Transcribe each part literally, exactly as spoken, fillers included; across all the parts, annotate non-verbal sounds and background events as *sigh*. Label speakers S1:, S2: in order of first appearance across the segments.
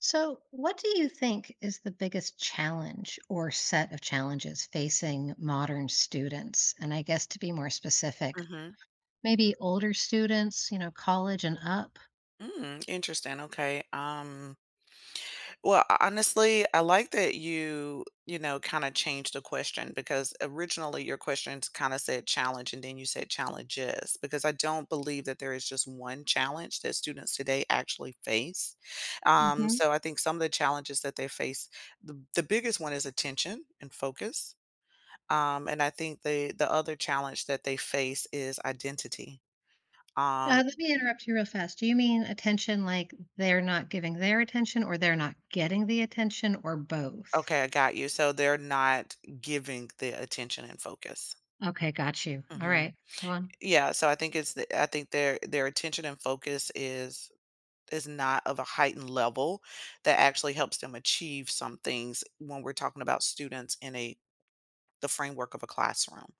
S1: So, what do you think is the biggest challenge or set of challenges facing modern students? And I guess to be more specific,
S2: Mhm.
S1: maybe older students, you know, college and up.
S2: Mm, interesting. Okay. Um, well, ho- honestly, I like that you, you know, kind of changed the question because originally your questions kind of said challenge and then you said challenges because I don't believe that there is just one challenge that students today actually face. Mhm. Um,
S1: hmm
S2: so I think some of the challenges that they face, the, the biggest one is attention and focus. Um, and I think the the other challenge that they face is identity. um,
S1: Uh, let me interrupt you real fast. Do you mean attention like they're not giving their attention or they're not getting the attention or both?
S2: Okay, I got you. So they're not giving the attention and focus.
S1: Okay, got you. All
S2: Hmm
S1: right, go on.
S2: Yeah, so I think it's the, I think their their attention and focus is is not of a heightened level that actually helps them achieve some things when we're talking about students in a the framework of a classroom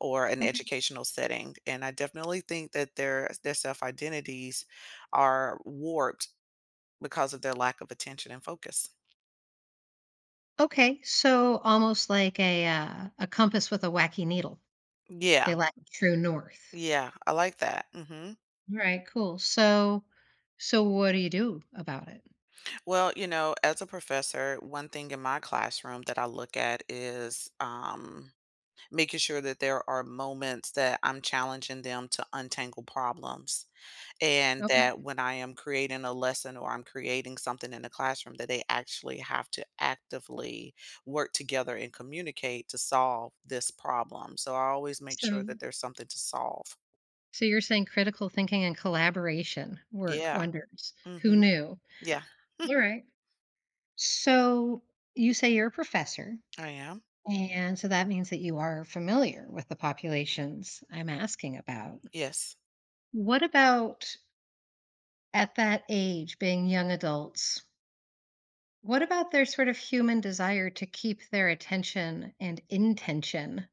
S2: or an
S1: Okay.
S2: educational setting. And I definitely think that their their self identities are warped because of their lack of attention and focus.
S1: Okay, so almost like a uh, a compass with a wacky needle.
S2: Yeah,
S1: They lack true north.
S2: yeah, I like that. Hmm
S1: All right, cool. So so what do you do about it?
S2: Well, you know, as a professor, one thing in my classroom that I look at is um, making sure that there are moments that I'm challenging them to untangle problems. And
S1: Okay.
S2: that when I am creating a lesson or I'm creating something in the classroom, that they actually have to actively work together and communicate to solve this problem. So I always make
S1: So
S2: sure that there's something to solve.
S1: so you're saying critical thinking and collaboration work
S2: Yeah.
S1: wonders.
S2: hmm
S1: Who knew?
S2: Yeah.
S1: All right. So you say you're a professor,
S2: *laughs* I am.
S1: and so that means that you are familiar with the populations I'm asking about.
S2: Yes.
S1: What about at that age, being young adults? What about their sort of human desire to keep their attention and intention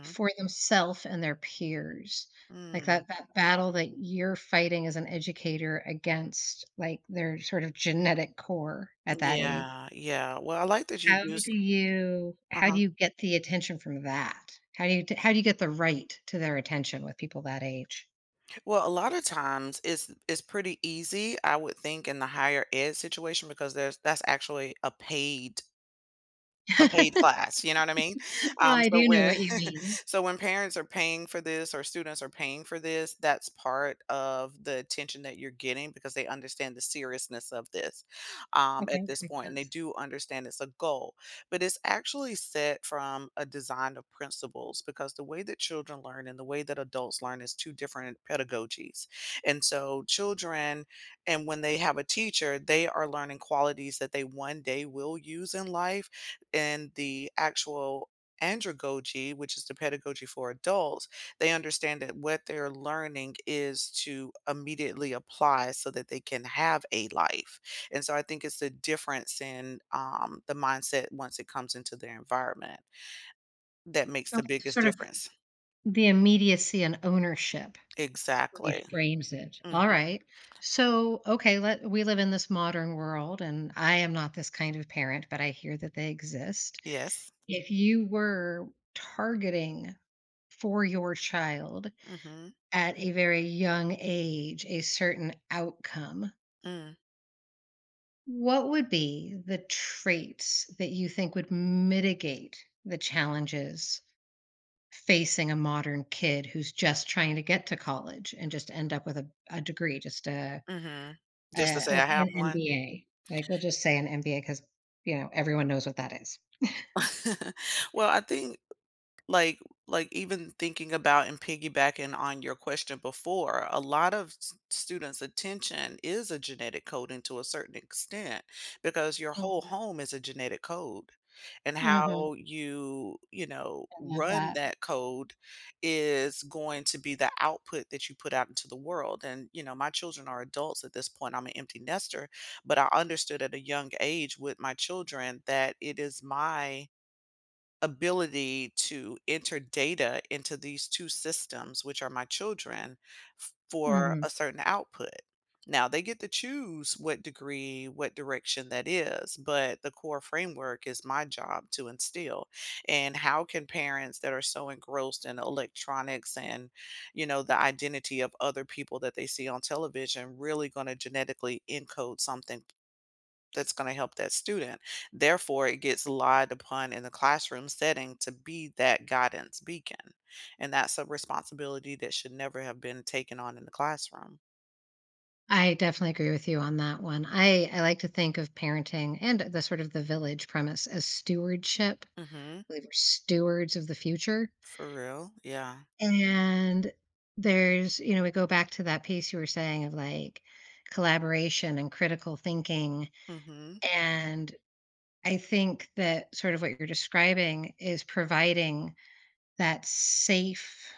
S1: for themselves and their peers? Like
S2: hmm
S1: that that battle that you're fighting as an educator against like their sort of genetic core at that age.
S2: Yeah, yeah. well, I like that you
S1: How
S2: use
S1: do you how do
S2: uh-huh.
S1: you get the attention from that? How do you how do you get the right to their attention with people that age?
S2: Well, a lot of times it's it's pretty easy, I would think, in the higher ed situation because there's that's actually a paid a paid
S1: *laughs*
S2: class, you know what I mean? Um,
S1: I
S2: so
S1: do know
S2: when
S1: what you mean.
S2: *laughs* so when parents are paying for this or students are paying for this, that's part of the attention that you're getting because they understand the seriousness of this um,
S1: Okay,
S2: at
S1: that
S2: this
S1: makes
S2: point, and they
S1: sense.
S2: do understand it's a goal. But it's actually set from a design of principles because the way that children learn and the way that adults learn is two different pedagogies, and so children and when they have a teacher, they are learning qualities that they one day will use in life in the actual andragogy, which is the pedagogy for adults, they understand that what they're learning is to immediately apply so that they can have a life. And so I think it's the difference in um, the mindset once it comes into their environment that makes the
S1: That's
S2: biggest
S1: sort of
S2: difference.
S1: the immediacy and ownership
S2: Exactly.
S1: reframes it.
S2: hmm
S1: All right. So, okay, let we live in this modern world, and I am not this kind of parent, but I hear that they exist.
S2: Yes.
S1: If you were targeting for your child
S2: hmm
S1: at a very young age a certain outcome,
S2: Mm-hmm.
S1: what would be the traits that you think would mitigate the challenges facing a modern kid who's just trying to get to college and just end up with a, a degree, just a.
S2: Mm-hmm. Just to
S1: Uh,
S2: say
S1: we'll
S2: I
S1: say
S2: have
S1: an
S2: one.
S1: M B A. Like, we'll just say an M B A because you know, everyone knows what that is.
S2: *laughs* Well, I think like like even thinking about and piggybacking on your question before a lot of s- students attention is a genetic coding to a certain extent because your whole
S1: Mhm,
S2: home is a genetic code and
S1: mhm,
S2: how you you know
S1: I love
S2: run
S1: that.
S2: that code is going to be the output that you put out into the world. And you know my children are adults at this point, I'm an empty nester, but I understood at a young age with my children that it is my ability to enter data into these two systems, which are my children, f for
S1: Mhm.
S2: a certain output. Now, they get to choose what degree, what direction that is, but the core framework is my job to instill. And how can parents that are so engrossed in electronics and, you know, the identity of other people that they see on television really gonna genetically encode something that's going to help that student. Therefore, it gets relied upon in the classroom setting to be that guidance beacon. And that's a responsibility that should never have been taken on in the classroom.
S1: I definitely agree with you on that one. I I like to think of parenting and the sort of the village premise as stewardship. I
S2: Mhm.
S1: believe we're stewards of the future.
S2: For real. Yeah.
S1: And there's, you know, we go back to that piece you were saying of, like, collaboration and critical thinking,
S2: Mhm.
S1: and I think that sort of what you're describing is providing that safe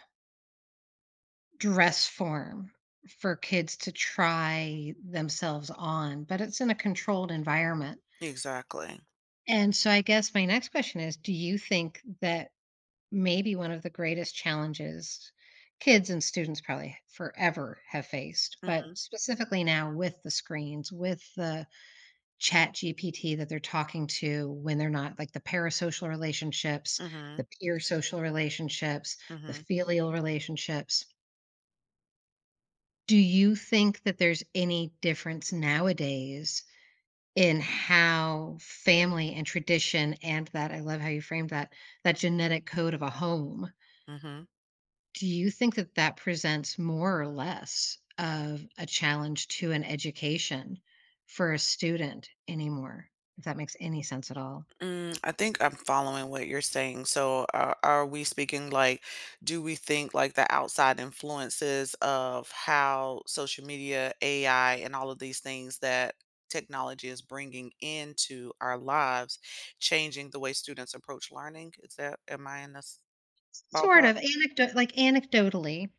S1: dress form for kids to try themselves on, but it's in a controlled environment.
S2: Exactly.
S1: And so I guess my next question is, do you think that maybe one of the greatest challenges kids and students probably forever have faced,
S2: Mhm.
S1: but specifically now with the screens, with the chat G P T that they're talking to when they're not, like the parasocial relationships, the
S2: Mhm.
S1: peer social relationships, the
S2: Mhm.
S1: filial relationships. Do you think that there's any difference nowadays in how family and tradition and that, I love how you framed that, that genetic code of a home.
S2: Mhm.
S1: Do you think that that presents more or less of a challenge to an education for a student anymore? If that makes any sense at all.
S2: Mm, I think I'm following what you're saying. So, are, are we speaking like, do we think like the outside influences of how social media, A I, and all of these things that technology is bringing into our lives, changing the way students approach learning? Is that, am I in this
S1: Sort
S2: ballpark?
S1: of anecdote, like anecdotally,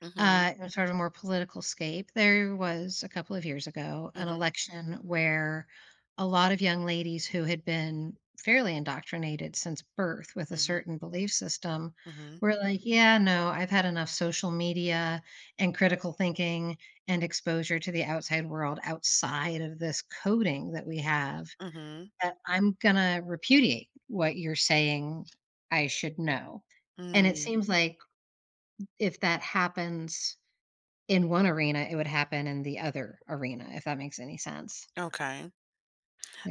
S2: Mm-hmm.
S1: uh, in sort of a more political scape, there was a couple of years ago an
S2: Mm-hmm.
S1: election where a lot of young ladies who had been fairly indoctrinated since birth with a
S2: Mm-hmm.
S1: certain belief system
S2: Mm-hmm.
S1: were like, "Yeah, no, I've had enough social media and critical thinking and exposure to the outside world outside of this coding that we have
S2: Mm-hmm.
S1: that I'm going to repudiate what you're saying I should know." And it
S2: Mm.
S1: seems like if that happens in one arena, it would happen in the other arena, if that makes any sense.
S2: Okay.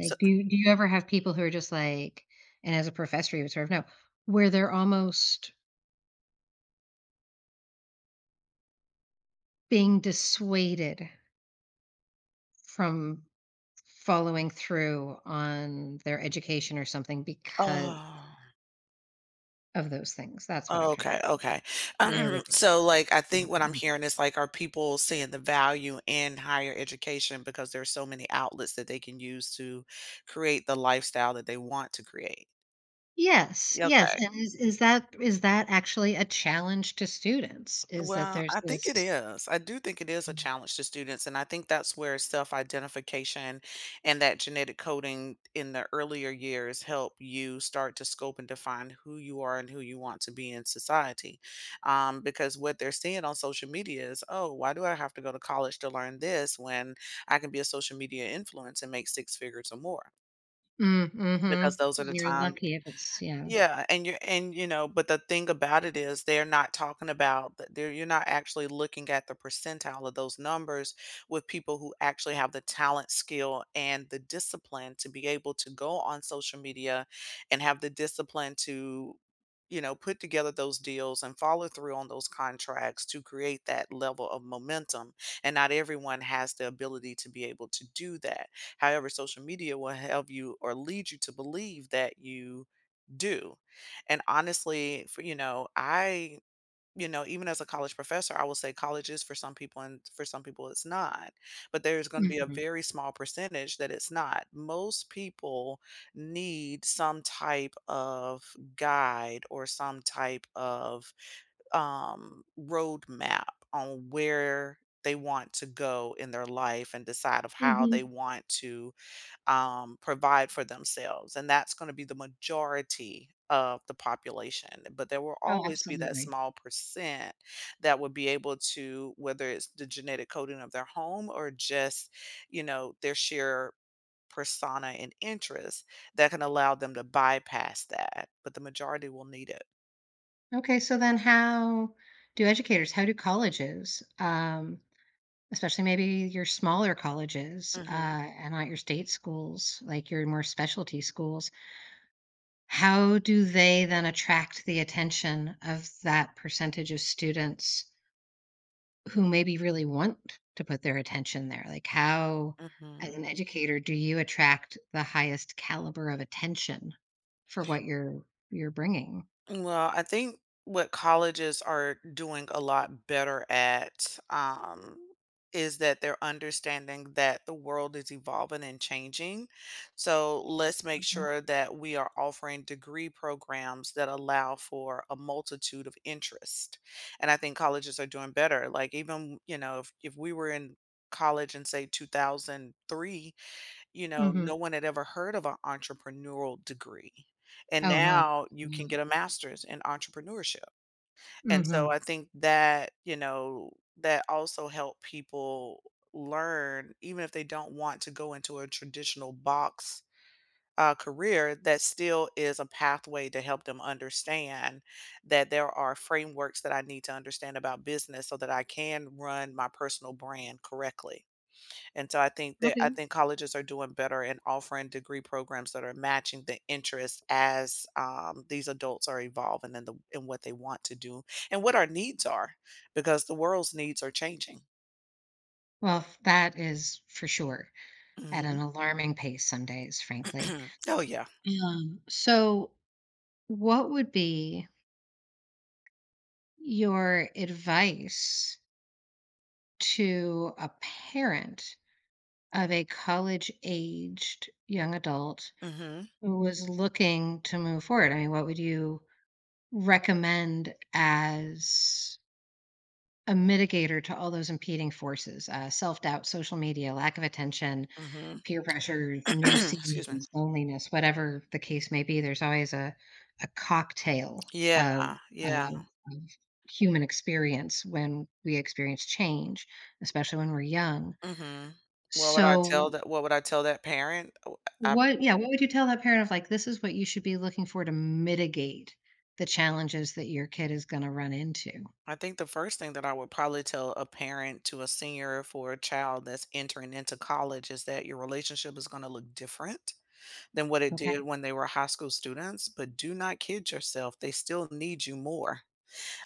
S2: So,
S1: do you do you ever have people who are just like, and as a professor, you would sort of know, where they're almost being dissuaded from following through on their education or something because
S2: oh.
S1: of those things? That's what
S2: Oh,
S1: I'm trying
S2: okay,
S1: to.
S2: okay.
S1: There we
S2: Um,
S1: go.
S2: So, like, I think what I'm
S1: Mhm.
S2: hearing is like, are people seeing the value in higher education because there's so many outlets that they can use to create the lifestyle that they want to create?
S1: Yes, yes,
S2: Okay.
S1: and is is that is that actually a challenge to students? Is that
S2: Well,
S1: there's
S2: I think it
S1: this.
S2: is. I do think it is a challenge to students. And I think that's where self identification and that genetic coding in the earlier years help you start to scope and define who you are and who you want to be in society. Um, because what they're seeing on social media is, oh, why do I have to go to college to learn this when I can be a social media influence and make six figures or more?
S1: Mm,
S2: Because
S1: mhm.
S2: those are the
S1: You're
S2: times
S1: lucky if it's, yeah.
S2: yeah, and you're and you know, but the thing about it is they're not talking about that they're you're not actually looking at the percentile of those numbers with people who actually have the talent, skill, and the discipline to be able to go on social media and have the discipline to, you know, put together those deals and follow through on those contracts to create that level of momentum. And not everyone has the ability to be able to do that. However, social media will help you or lead you to believe that you do. And honestly, for you know, I you know, even as a college professor, I will say college is for some people and for some people it's not. But there's going to be a
S1: Mhm.
S2: very small percentage that it's not. Most people need some type of guide or some type of um, roadmap on where they want to go in their life and decide of how they
S1: Mhm.
S2: want to um, provide for themselves, and that's going to be the majority of the population. But there will
S1: Oh,
S2: always be that
S1: absolutely.
S2: small percent that would be able to, whether it's the genetic coding of their home or just, you know, their sheer persona and interest that can allow them to bypass that. But the majority will need it.
S1: Okay, so then how do educators, how do colleges, um, especially maybe your smaller colleges, uh,
S2: Hmm
S1: and not your state schools, like your more specialty schools, how do they then attract the attention of that percentage of students who maybe really want to put their attention there? Like how, as
S2: hmm
S1: an educator, do you attract the highest caliber of attention for what you're you're bringing?
S2: Well, I think what colleges are doing a lot better at um, is that they're understanding that the world is evolving and changing. So let's make sure that we are offering degree programs that allow for a multitude of interest. And I think colleges are doing better. Like even, you know, if, if we were in college in say two thousand three, you know,
S1: Mhm.
S2: no one had ever heard of an entrepreneurial degree, and
S1: Oh, no.
S2: now you can get a master's in entrepreneurship, and so
S1: Mhm.
S2: I think that, you know, that also helped people learn, even if they don't want to go into a traditional box, uh, career, that still is a pathway to help them understand that there are frameworks that I need to understand about business so that I can run my personal brand correctly. And so I think that I
S1: Okay.
S2: think colleges are doing better in offering degree programs that are matching the interests as um, these adults are evolving in the in what they want to do and what our needs are, because the world's needs are changing.
S1: Well, f that is for sure at an
S2: Mhm.
S1: alarming pace some days, frankly.
S2: *clears throat* Oh yeah.
S1: Um, so what would be your advice to a parent of a college-aged young adult
S2: hmm
S1: who was looking to move forward? I mean, what would you recommend as a mitigator to all those impeding forces? Uh, self-doubt, social media, lack of attention,
S2: hmm
S1: peer pressures, new
S2: *clears throat* Excuse me.
S1: scenes, loneliness, whatever the case may be, there's always a a cocktail
S2: Yeah.
S1: of of
S2: Yeah.
S1: of human experience when we experience change, especially when we're young.
S2: hmm What would I tell
S1: So,
S2: that? What would I tell that parent?
S1: what yeah, what would you tell that parent of like, "This is what you should be looking for to mitigate the challenges that your kid is gonna run into."
S2: I think the first thing that I would probably tell a parent to a senior for a child that's entering into college is that your relationship is going to look different than what it did
S1: Okay.
S2: when they were high school students. But do not kid yourself, they still need you more.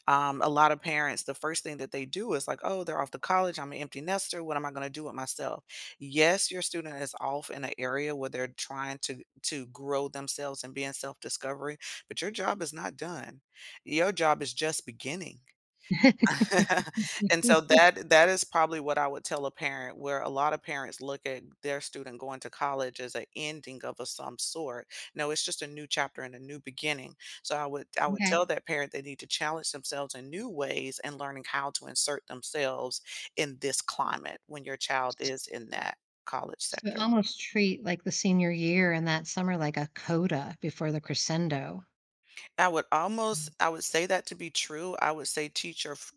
S2: Um, a lot of parents, the first thing that they do is like, oh, they're off to college. I'm an empty nester. What am I going to do with myself? Yes, your student is off in an area where they're trying to, to grow themselves and be in self discovery, but your job is not done. Your job is just beginning. *laughs*
S1: *laughs*
S2: And so that that is probably what I would tell a parent, where a lot of parents look at their student going to college as an ending of a some sort. No, it's just a new chapter and a new beginning. So I would I would tell
S1: Okay.
S2: that parent they need to challenge themselves in new ways and learning how to insert themselves in this climate when your child is in that college
S1: So
S2: sector.
S1: almost treat like the senior year and that summer like a coda before the crescendo.
S2: I would almost I would say that to be true. I would say teach your f-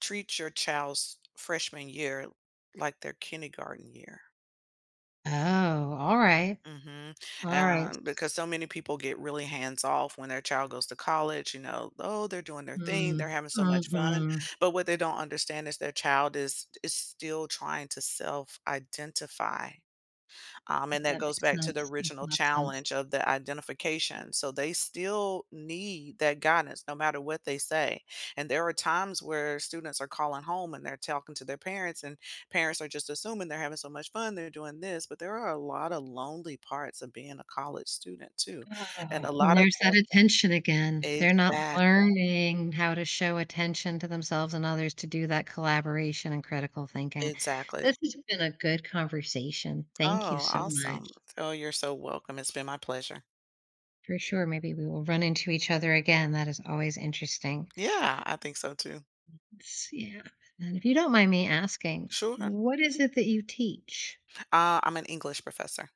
S2: treat your child's freshman year like their kindergarten year.
S1: Oh, alright,
S2: Mhm.
S1: alright.
S2: Um, because so many people get really hands off when their child goes to college, you know, oh, they're doing their thing, they're
S1: Mm,
S2: having so much fun.
S1: mhm.
S2: But what they don't understand is their child is is still trying to self-identify. Um, and that
S1: That
S2: goes
S1: makes
S2: back to the
S1: sense, makes a
S2: original
S1: lot of sense.
S2: challenge of the identification. So they still need that guidance no matter what they say. And there are times where students are calling home and they're talking to their parents, and parents are just assuming they're having so much fun, they're doing this. But there are a lot of lonely parts of being a college student, too. And
S1: Oh,
S2: a
S1: and
S2: lot of
S1: there's that
S2: questions.
S1: attention again. They're not
S2: Exactly.
S1: learning how to show attention to themselves and others to do that collaboration and critical thinking.
S2: Exactly.
S1: This has been a good conversation. Thank you
S2: Oh,
S1: so much.
S2: awesome. Oh, you're so welcome. It's been my pleasure.
S1: For sure, maybe we will run into each other again. That is always interesting.
S2: Yeah, I think so too.
S1: It's, yeah, and if you don't mind me asking,
S2: Sure.
S1: what is it that you teach?
S2: Uh, I'm an English professor.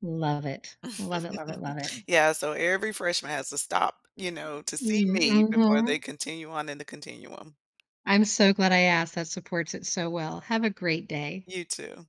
S1: Love it. Love it, love it,
S2: *laughs*
S1: love it.
S2: Yeah, so every freshman has to stop, you know, to see
S1: Mm,
S2: me before they
S1: mhm.
S2: continue on in the continuum.
S1: I'm so glad I asked, that supports it so well. Have a great day.
S2: You too.